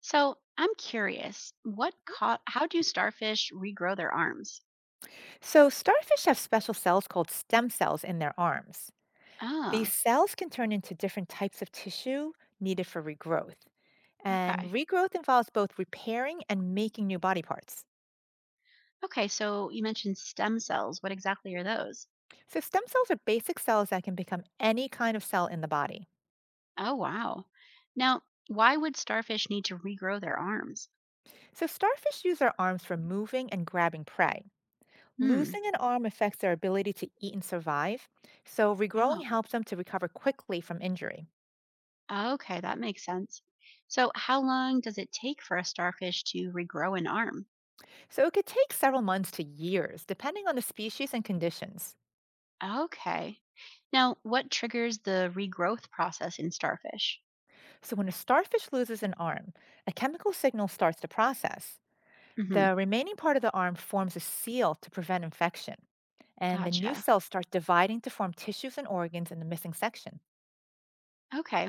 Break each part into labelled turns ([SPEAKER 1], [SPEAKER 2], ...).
[SPEAKER 1] So I'm curious, what caught? How do starfish regrow their arms?
[SPEAKER 2] So, starfish have special cells called stem cells in their arms.
[SPEAKER 1] Ah,
[SPEAKER 2] These cells can turn into different types of tissue needed for regrowth. And
[SPEAKER 1] okay,
[SPEAKER 2] regrowth involves both repairing and making new body parts.
[SPEAKER 1] okay. So you mentioned stem cells. What exactly are those?
[SPEAKER 2] So, stem cells are basic cells that can become any kind of cell in the body.
[SPEAKER 1] Oh, wow. Now, why would starfish need to regrow their arms?
[SPEAKER 2] So, starfish use their arms for moving and grabbing prey.
[SPEAKER 1] Hmm.
[SPEAKER 2] Losing an arm affects their ability to eat and survive. So, regrowing
[SPEAKER 1] Oh,
[SPEAKER 2] helps them to recover quickly from injury.
[SPEAKER 1] okay, that makes sense. So how long does it take for a starfish to regrow an arm?
[SPEAKER 2] So, it could take several months to years, depending on the species and conditions.
[SPEAKER 1] Okay. Now, what triggers the regrowth process in starfish?
[SPEAKER 2] So, when a starfish loses an arm, a chemical signal starts the process.
[SPEAKER 1] Hmm.
[SPEAKER 2] The remaining part of the arm forms a seal to prevent infection, and the new
[SPEAKER 1] Gotcha.
[SPEAKER 2] cells start dividing to form tissues and organs in the missing section.
[SPEAKER 1] Okay.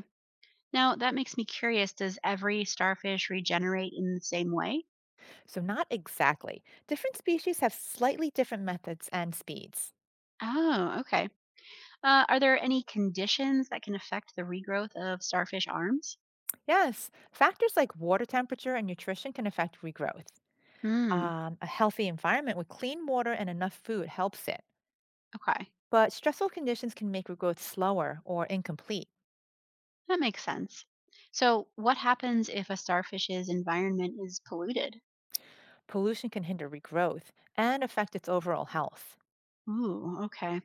[SPEAKER 1] Now, that makes me curious. Does every starfish regenerate in the same way?
[SPEAKER 2] So, not exactly. Different species have slightly different methods and speeds.
[SPEAKER 1] Oh, okay. Are there any conditions that can affect the regrowth of starfish arms?
[SPEAKER 2] Yes, factors like water temperature and nutrition can affect regrowth.
[SPEAKER 1] Hmm,
[SPEAKER 2] A healthy environment with clean water and enough food helps it,
[SPEAKER 1] okay.
[SPEAKER 2] but stressful conditions can make regrowth slower or incomplete.
[SPEAKER 1] That makes sense. So, what happens if a starfish's environment is polluted?
[SPEAKER 2] Pollution can hinder regrowth and affect its overall health.
[SPEAKER 1] Ooh, okay.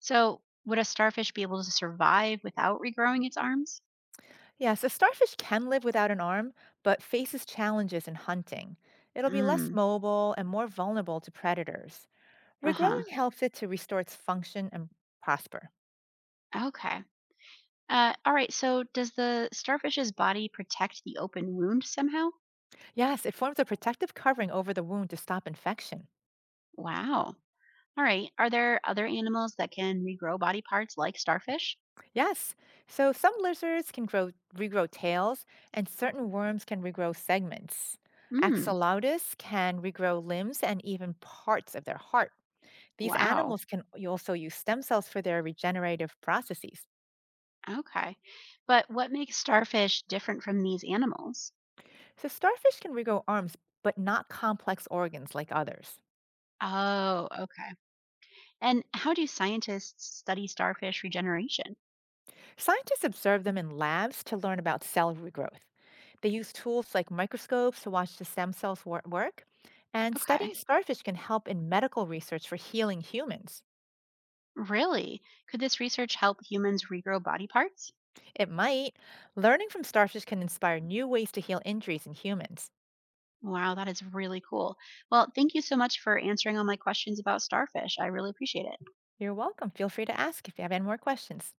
[SPEAKER 1] So, would a starfish be able to survive without regrowing its arms?
[SPEAKER 2] Yeah, so starfish can live without an arm, but faces challenges in hunting. It'll be less
[SPEAKER 1] Mm,
[SPEAKER 2] mobile and more vulnerable to predators.
[SPEAKER 1] uh-huh.
[SPEAKER 2] Regrowing helps it to restore its function and prosper.
[SPEAKER 1] Okay. All right, so does the starfish's body protect the open wound somehow?
[SPEAKER 2] Yes, it forms a protective covering over the wound to stop infection.
[SPEAKER 1] Wow. All right. Are there other animals that can regrow body parts like starfish?
[SPEAKER 2] Yes, so some lizards can grow regrow tails, and certain worms can regrow segments.
[SPEAKER 1] Hmm.
[SPEAKER 2] Axolotls can regrow limbs and even parts of their heart. These
[SPEAKER 1] Wow.
[SPEAKER 2] animals can also use stem cells for their regenerative processes.
[SPEAKER 1] Okay. But what makes starfish different from these animals?
[SPEAKER 2] So, starfish can regrow arms, but not complex organs like others.
[SPEAKER 1] Oh, okay. And how do scientists study starfish regeneration?
[SPEAKER 2] Scientists observe them in labs to learn about cell regrowth. They use tools like microscopes to watch the stem cells work. And studying
[SPEAKER 1] Okay.
[SPEAKER 2] starfish can help in medical research for healing humans.
[SPEAKER 1] Really? Could this research help humans regrow body parts?
[SPEAKER 2] It might. Learning from starfish can inspire new ways to heal injuries in humans.
[SPEAKER 1] Wow, that is really cool. Well, thank you so much for answering all my questions about starfish. I really appreciate it.
[SPEAKER 2] You're welcome. Feel free to ask if you have any more questions.